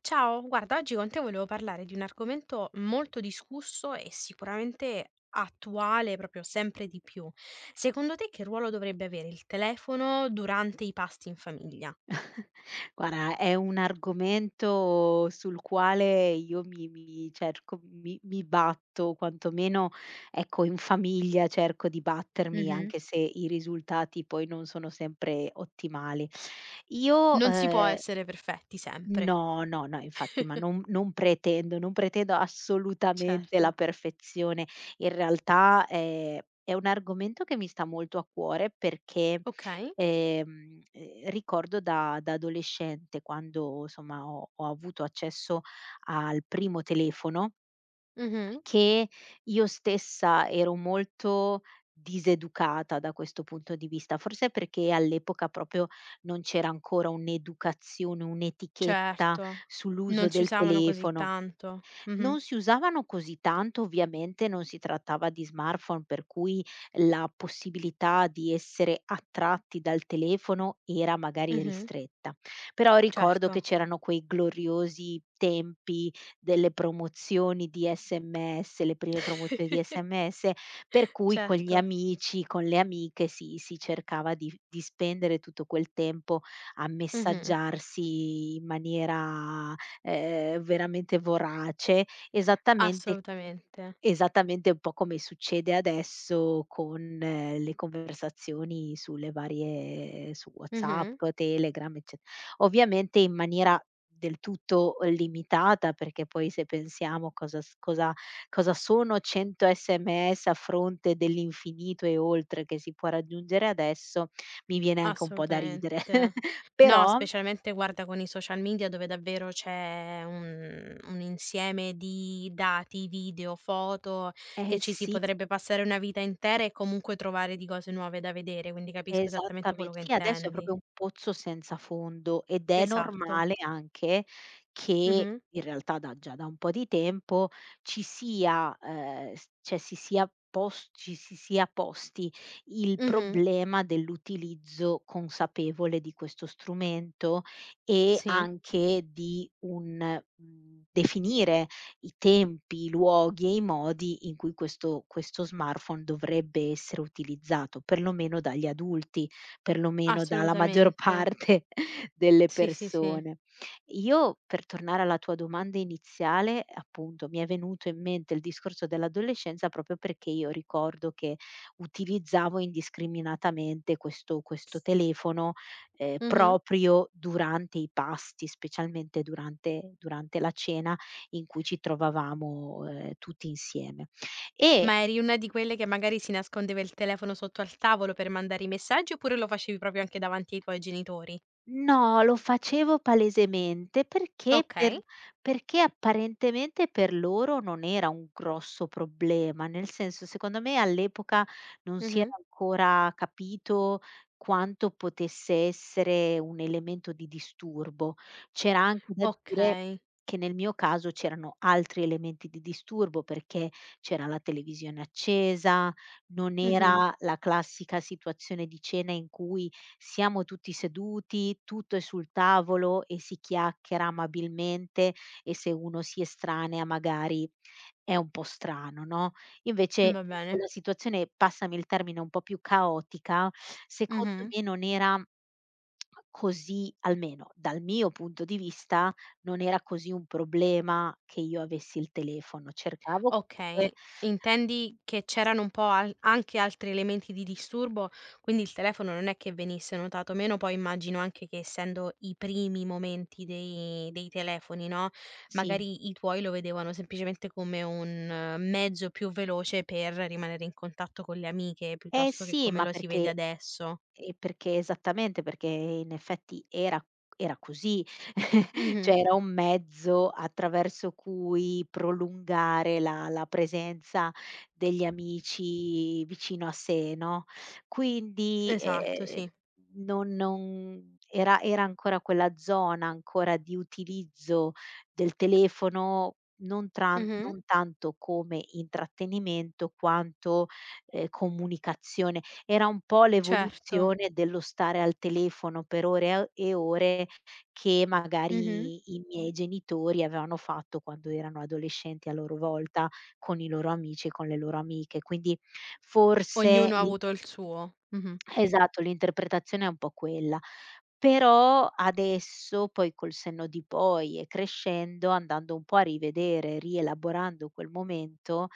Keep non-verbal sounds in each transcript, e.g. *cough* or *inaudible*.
Ciao, guarda, oggi con te volevo parlare di un argomento molto discusso e sicuramente attuale, proprio sempre di più. Secondo te che ruolo dovrebbe avere il telefono durante i pasti in famiglia? *laughs* Guarda, è un argomento sul quale io mi mi cerco mi mi batto, quantomeno, ecco, in famiglia cerco di battermi, Mh-mh. anche se i risultati poi non sono sempre ottimali. Io, Non si può essere perfetti sempre. no, no, no, infatti, ma non *laughs* non pretendo, non pretendo assolutamente la Certo. perfezione. In realtà, è un argomento che mi sta molto a cuore perché, Okay. Ricordo da adolescente quando, somma, ho avuto accesso al primo telefono, Mh-mh. che io stessa ero molto diseducata da questo punto di vista, forse perché all'epoca proprio non c'era ancora un'educazione, un'etichetta Certo. sull'uso Non si del usavano così telefono. tanto. Mh-mh. Non si usavano così tanto, ovviamente non si trattava di smartphone, per cui la possibilità di essere attratti dal telefono era magari Mh-mh. ristretta. Però ricordo che Certo. c'erano quei gloriosi tempi delle promozioni di SMS, le prime promozioni di *laughs* SMS, per cui con gli Certo. amici, con le amiche si cercava di spendere tutto quel tempo a Mh-mh. messaggiarsi in maniera, veramente vorace. Esattamente, Assolutamente. esattamente un po' come succede adesso con le conversazioni sulle varie su Mh-mh. WhatsApp, Telegram, ecce, ovviamente in maniera del tutto limitata, perché poi se pensiamo cosa s cosa cosa sono 100 SMS a fronte dell'infinito e oltre che si può raggiungere adesso, mi viene anche un po' da ridere. Assolutamente. *laughs* No, Però specialmente guarda con i social media dove davvero c'è un insieme di dati, video, foto, eh che ci si sì. potrebbe passare una vita intera e comunque trovare di cose nuove da vedere, quindi capisco esattamente quello Esattamente. che Sì, adesso è intendi. proprio un pozzo senza fondo ed è Esatto. normale anche che Mh-mh. in realtà da già da un po' di tempo ci sia, s cioè si sia pos ci si sia posti il Mh-mh. problema dell'utilizzo consapevole di questo strumento e Sì, anche di un, definire i tempi, i luoghi e i modi in cui questo smartphone dovrebbe essere utilizzato, perlomeno dagli adulti, perlomeno dalla maggior assolutamente. parte *laughs* delle Sì, sì, sì. persone. Io, per tornare alla tua domanda iniziale, appunto, mi è venuto in mente il discorso dell'adolescenza proprio perché io ricordo che utilizzavo indiscriminatamente questo telefono, Mh-mh. proprio durante i pasti, specialmente durante la cena, in cui ci trovavamo, tutti insieme. E Ma eri una di quelle che magari si nascondeva il telefono sotto al tavolo per mandare i messaggi, oppure lo facevi proprio anche davanti ai tuoi genitori? no, lo facevo palesemente perché per, Okay. perché apparentemente per loro non era un grosso problema, nel senso, secondo me all'epoca non si Mh-mh. era ancora capito quanto potesse essere un elemento di disturbo. C'era anche da dire Okay. che nel mio caso c'erano altri elementi di disturbo, perché c'era la televisione accesa, non Mh-mh. era la classica situazione di cena in cui siamo tutti seduti, tutto è sul tavolo e si chiacchiera amabilmente e se uno si estranea magari è un po' strano, no, invece Va in bene. quella situazione, passami il termine, un po' più caotica, secondo Mh-mh. me non era, così almeno dal mio punto di vista, non era così un problema che io avessi il telefono. Cercavo Okay. comunque Intendi che c'erano un po' al anche altri elementi di disturbo, quindi il telefono non è che venisse notato meno, poi immagino anche che essendo i primi momenti dei telefoni, no, sì. magari i tuoi lo vedevano semplicemente come un mezzo più veloce per rimanere in contatto con le amiche, Eh piuttosto che sì, come ma lo si vede perché, adesso. e perché esattamente, perché in effetti era, era così, *laughs* cioè Mh-mh. era un mezzo attraverso cui prolungare la presenza degli amici vicino a sé, no, quindi, Esatto, sì. non era, era ancora quella zona ancora di utilizzo del telefono, Mh-mh. non tanto come intrattenimento quanto, comunicazione. Era un po' Certo. l'evoluzione dello stare al telefono per ore a e ore che Mh-mh. magari i miei genitori avevano fatto quando erano adolescenti a loro volta, con i loro amici e con le loro amiche. Quindi forse Ognuno ha l'in avuto il suo. Mh-mh. esatto, l'interpretazione è un po' quella. Però adesso, poi col senno di poi e crescendo, andando un po' a rivedere, rielaborando quel momento,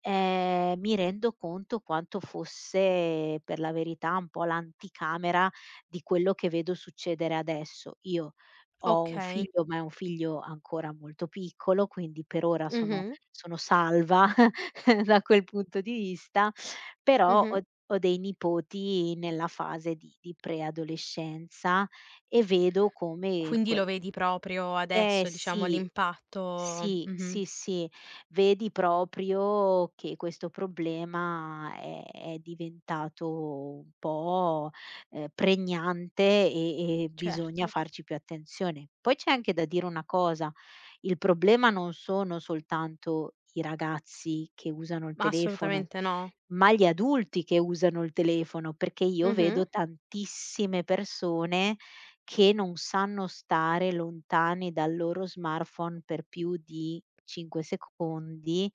mi rendo conto quanto fosse, per la verità, un po' l'anticamera di quello che vedo succedere adesso. Io ho un Okay. figlio, ma è un figlio ancora molto piccolo, quindi per ora Mh-mh, sono salva *laughs* da quel punto di vista, però mh-mh. ho dei nipoti nella fase di preadolescenza e vedo come Quindi quel, lo vedi proprio eh adesso, diciamo, sì, l'impatto sì, mh-mh. sì, sì, vedi proprio che questo problema è diventato un po', pregnante e bisogna Certo. farci più attenzione. Poi c'è anche da dire una cosa: il problema non sono soltanto i ragazzi che usano il telefono, Assolutamente no. ma gli adulti che usano il telefono, perché io Mh-mh. vedo tantissime persone che non sanno stare lontani dal loro smartphone per più di 5 secondi,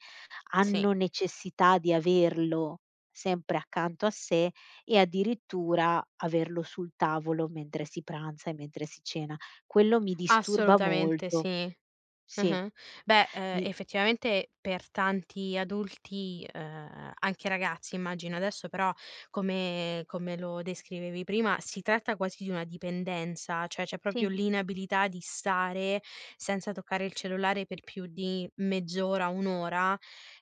Sì, hanno necessità di averlo sempre accanto a sé e addirittura averlo sul tavolo mentre si pranza e mentre si cena. Quello mi disturba assolutamente molto. sì. Sì, Mh-mh. Beh, mi effettivamente per tanti adulti, anche ragazzi immagino adesso, però come come lo descrivevi prima, si tratta quasi di una dipendenza, cioè c'è proprio sì. l'inabilità di stare senza toccare il cellulare per più di mezz'ora, 1 ora,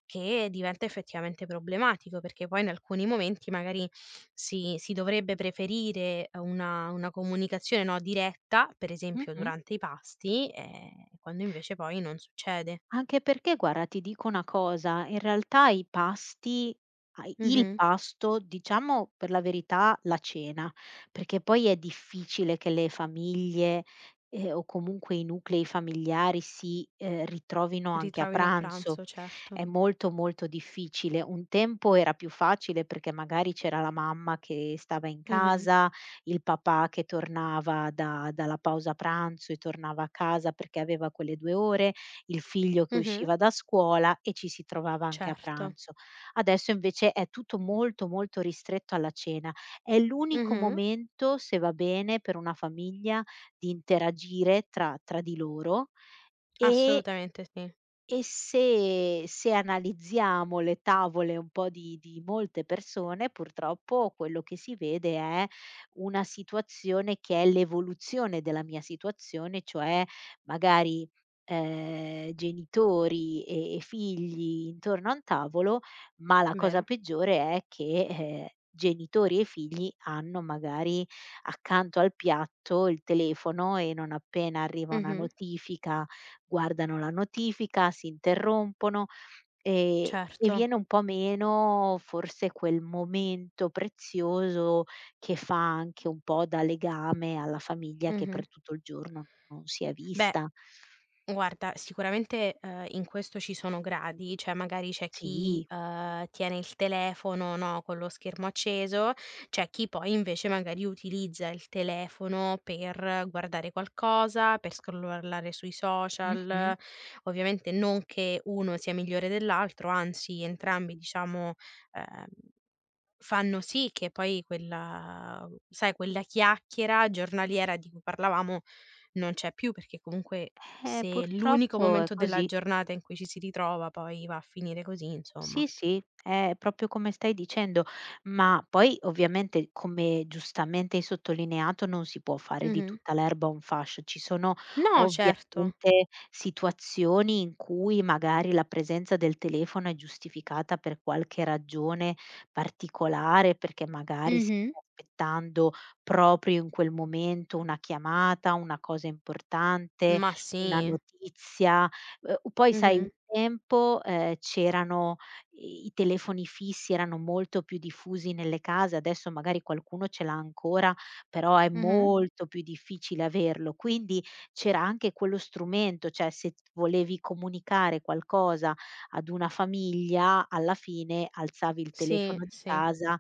che diventa effettivamente problematico, perché poi in alcuni momenti magari si dovrebbe preferire una comunicazione, no, diretta, per esempio Mh-mh. durante i pasti, quando invece poi non succede. Anche perché guarda, ti dico una cosa, in realtà i pasti a il Mh-mh. pasto, diciamo per la verità la cena, perché poi è difficile che le famiglie, o comunque i nuclei familiari si, ritrovino anche a Ritrovino a pranzo. pranzo, certo. È molto, molto difficile. Un tempo era più facile perché magari c'era la mamma che stava in Mh-mh. casa, il papà che tornava da dalla pausa pranzo e tornava a casa perché aveva quelle 2 ore, il figlio che Mh-mh. usciva da scuola e ci si trovava anche a Certo. pranzo. Adesso invece è tutto molto, molto ristretto alla cena. È l'unico Mh-mh. momento, se va bene, per una famiglia di interagire tra di loro e Assolutamente sì, e se analizziamo le tavole un po' di molte persone, purtroppo quello che si vede è una situazione che è l'evoluzione della mia situazione, cioè magari, genitori e figli intorno a un tavolo, ma la cosa vero. peggiore è che, genitori e figli hanno magari accanto al piatto il telefono e non appena arriva una Mh-mh. notifica guardano la notifica, si interrompono, ehm, e Certo. viene un po' meno forse quel momento prezioso che fa anche un po' da legame alla famiglia che Mh-mh. per tutto il giorno non si è Beh, vista. guarda, sicuramente, in questo ci sono gradi, cioè magari c'è chi, Sì, tiene il telefono, no, con lo schermo acceso, c'è chi poi invece magari utilizza il telefono per guardare qualcosa, per scrollare sui mh-mh. social. Ovviamente non che uno sia migliore dell'altro, anzi entrambi diciamo, ehm fanno sì che poi quella sai quella chiacchiera giornaliera di cui parlavamo non c'è più, perché comunque se l'unico Purtroppo è momento della così. giornata in cui ci si ritrova poi va a finire così, insomma. Sì, sì, è proprio come stai dicendo, ma poi ovviamente, come giustamente hai sottolineato, non si può fare di Mh-mh. tutta l'erba un fascio. Ci sono No, certo. ovviamente situazioni in cui magari la presenza del telefono è giustificata per qualche ragione particolare, perché magari si Mh-mh. sta aspettando proprio in quel momento una chiamata, una cosa importante, Ma una sì. notizia. Poi sai un Mh-mh. tempo, c'erano i telefoni fissi, erano molto più diffusi nelle case, adesso magari qualcuno ce l'ha ancora, però è Mh-mh. molto più difficile averlo. Quindi c'era anche quello strumento, cioè se volevi comunicare qualcosa ad una famiglia, alla fine alzavi il Sì, telefono di sì. casa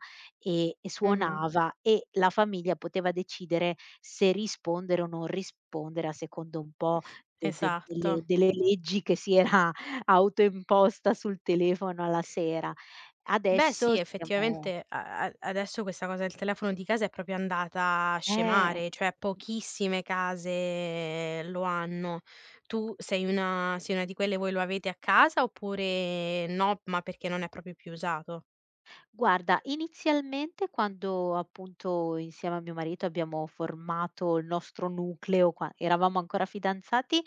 e Mh-mh. suonava e la famiglia poteva decidere se rispondere o non rispondere a secondo un po' *laughs* de de Esatto. delle delle leggi che si era autoimposta sul telefono alla sera. Beh Adesso sì, siamo, effettivamente a a adesso questa cosa del telefono di casa è proprio andata a eh. scemare, cioè pochissime case lo hanno. Tu sei una di quelle, voi lo avete a casa oppure no, ma perché non è proprio più usato? Guarda, inizialmente quando appunto insieme a mio marito abbiamo formato il nostro nucleo, qua eravamo ancora fidanzati,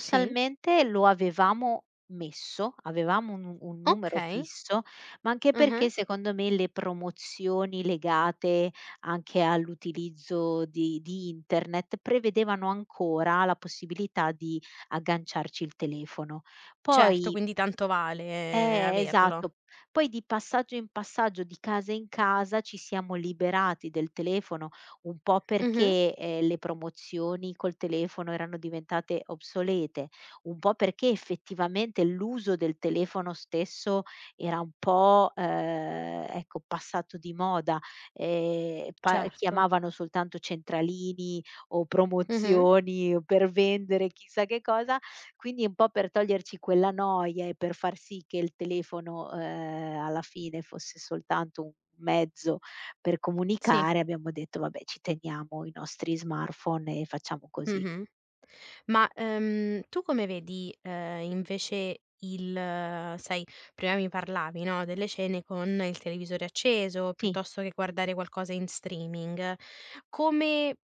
Sì? lo avevamo messo, avevamo un numero Okay. fisso, ma anche Mh-mh. perché secondo me le promozioni legate anche all'utilizzo di internet prevedevano ancora la possibilità di agganciarci il telefono. Certo, Poi quindi tanto vale averlo. esatto. Poi di passaggio in passaggio, di casa in casa, ci siamo liberati del telefono, un po' Mh-mh. perché, le promozioni col telefono erano diventate obsolete, un po' perché effettivamente l'uso del telefono stesso era un po', ecco, passato di moda. Pa Certo. Chiamavano soltanto centralini o Mh-mh. promozioni per vendere chissà che cosa, quindi un po' per toglierci quella noia e per far sì che il telefono, alla fine fosse soltanto un mezzo per Sì. comunicare, abbiamo detto: "Vabbè, ci teniamo i nostri smartphone e facciamo così." Mh-mh. Ma, tu come vedi, invece il sai, prima mi parlavi, no, delle cene con il televisore acceso, Sì. piuttosto che guardare qualcosa in streaming. Come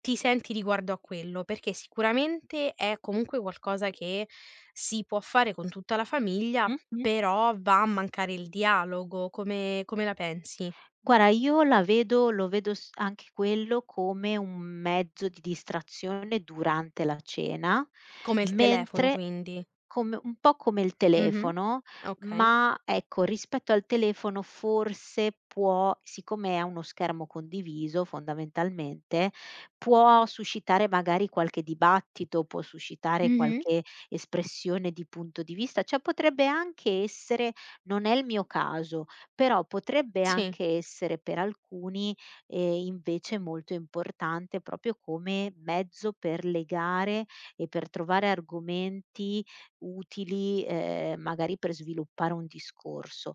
ti senti riguardo a quello? Perché sicuramente è comunque qualcosa che si può fare con tutta la famiglia, Mh-mh. però va a mancare il dialogo. Come come la pensi? Guarda, io la vedo lo vedo s anche quello come un mezzo di distrazione durante la cena, Come il telefono mentre, quindi. come un po' come il Mh-mh. telefono, Okay. ma ecco, rispetto al telefono forse può siccome è uno schermo condiviso fondamentalmente, può suscitare magari qualche dibattito, può suscitare Mh-mh. qualche espressione di punto di vista, cioè potrebbe anche essere, non è il mio caso, però potrebbe Sì. anche essere per alcuni, invece molto importante proprio come mezzo per legare e per trovare argomenti utili, magari per sviluppare un discorso.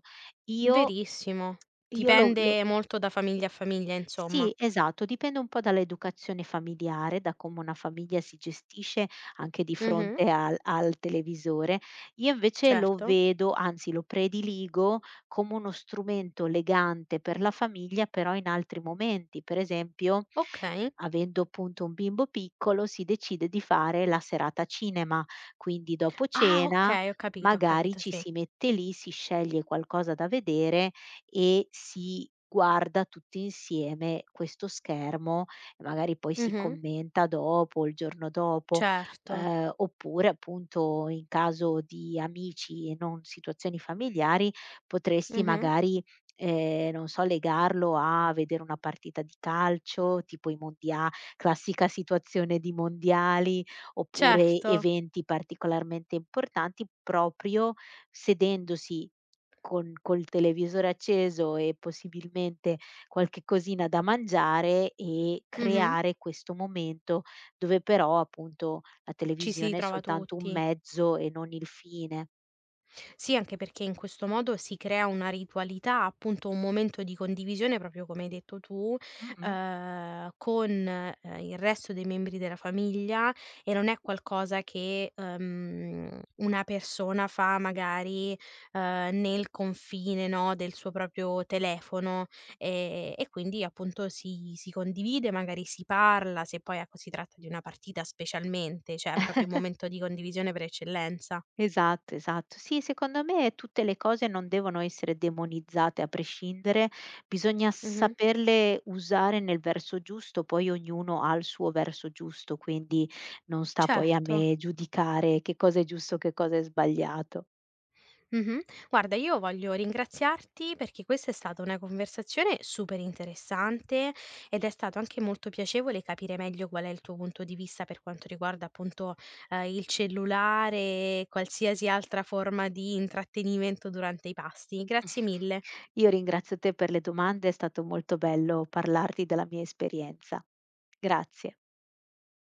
Io Verissimo. io lo lo Dipende molto da famiglia a famiglia, insomma. sì, esatto, dipende un po' dall'educazione familiare, da come una famiglia si gestisce anche di Mh-mh. fronte al televisore. Io invece lo Certo. vedo, anzi lo prediligo come uno strumento legante per la famiglia, però in altri momenti. Per esempio, Okay. avendo appunto un bimbo piccolo, si decide di fare la serata cinema, quindi dopo Ah, cena okay, ho magari capito, ci sì. si mette lì, si sceglie qualcosa da vedere e si guarda tutti insieme questo schermo e magari poi si Mh-mh. commenta dopo, il giorno dopo, Certo. Oppure appunto in caso di amici e non situazioni familiari potresti Mh-mh. magari, non so, legarlo a vedere una partita di calcio, tipo i mondia classica situazione di mondiali, oppure Certo. eventi particolarmente importanti, proprio sedendosi con col televisore acceso e possibilmente qualche cosina da mangiare e Mh-mh. creare questo momento dove però appunto la Ci si televisione è ritrova soltanto un tutti. mezzo e non il fine. Sì, anche perché in questo modo si crea una ritualità, appunto un momento di condivisione, proprio come hai detto tu, Mh-mh. Con, il resto dei membri della famiglia e non è qualcosa che, una persona fa magari, nel confine, no, del suo proprio telefono, e quindi appunto si condivide, magari si parla, se poi ecco si tratta di una partita specialmente, cioè è proprio un momento di condivisione per eccellenza. Esatto, esatto. Sì, secondo me tutte le cose non devono essere demonizzate a prescindere, bisogna Mh-mh. saperle usare nel verso giusto, poi ognuno ha il suo verso giusto, quindi non sta poi a Certo. me giudicare che cosa è giusto, che cosa è sbagliato. Mh-mh. Guarda, io voglio ringraziarti perché questa è stata una conversazione super interessante ed è stato anche molto piacevole capire meglio qual è il tuo punto di vista per quanto riguarda appunto, il cellulare e qualsiasi altra forma di intrattenimento durante i pasti. Grazie mille. Io ringrazio te per le domande, è stato molto bello parlarti della mia esperienza. Grazie.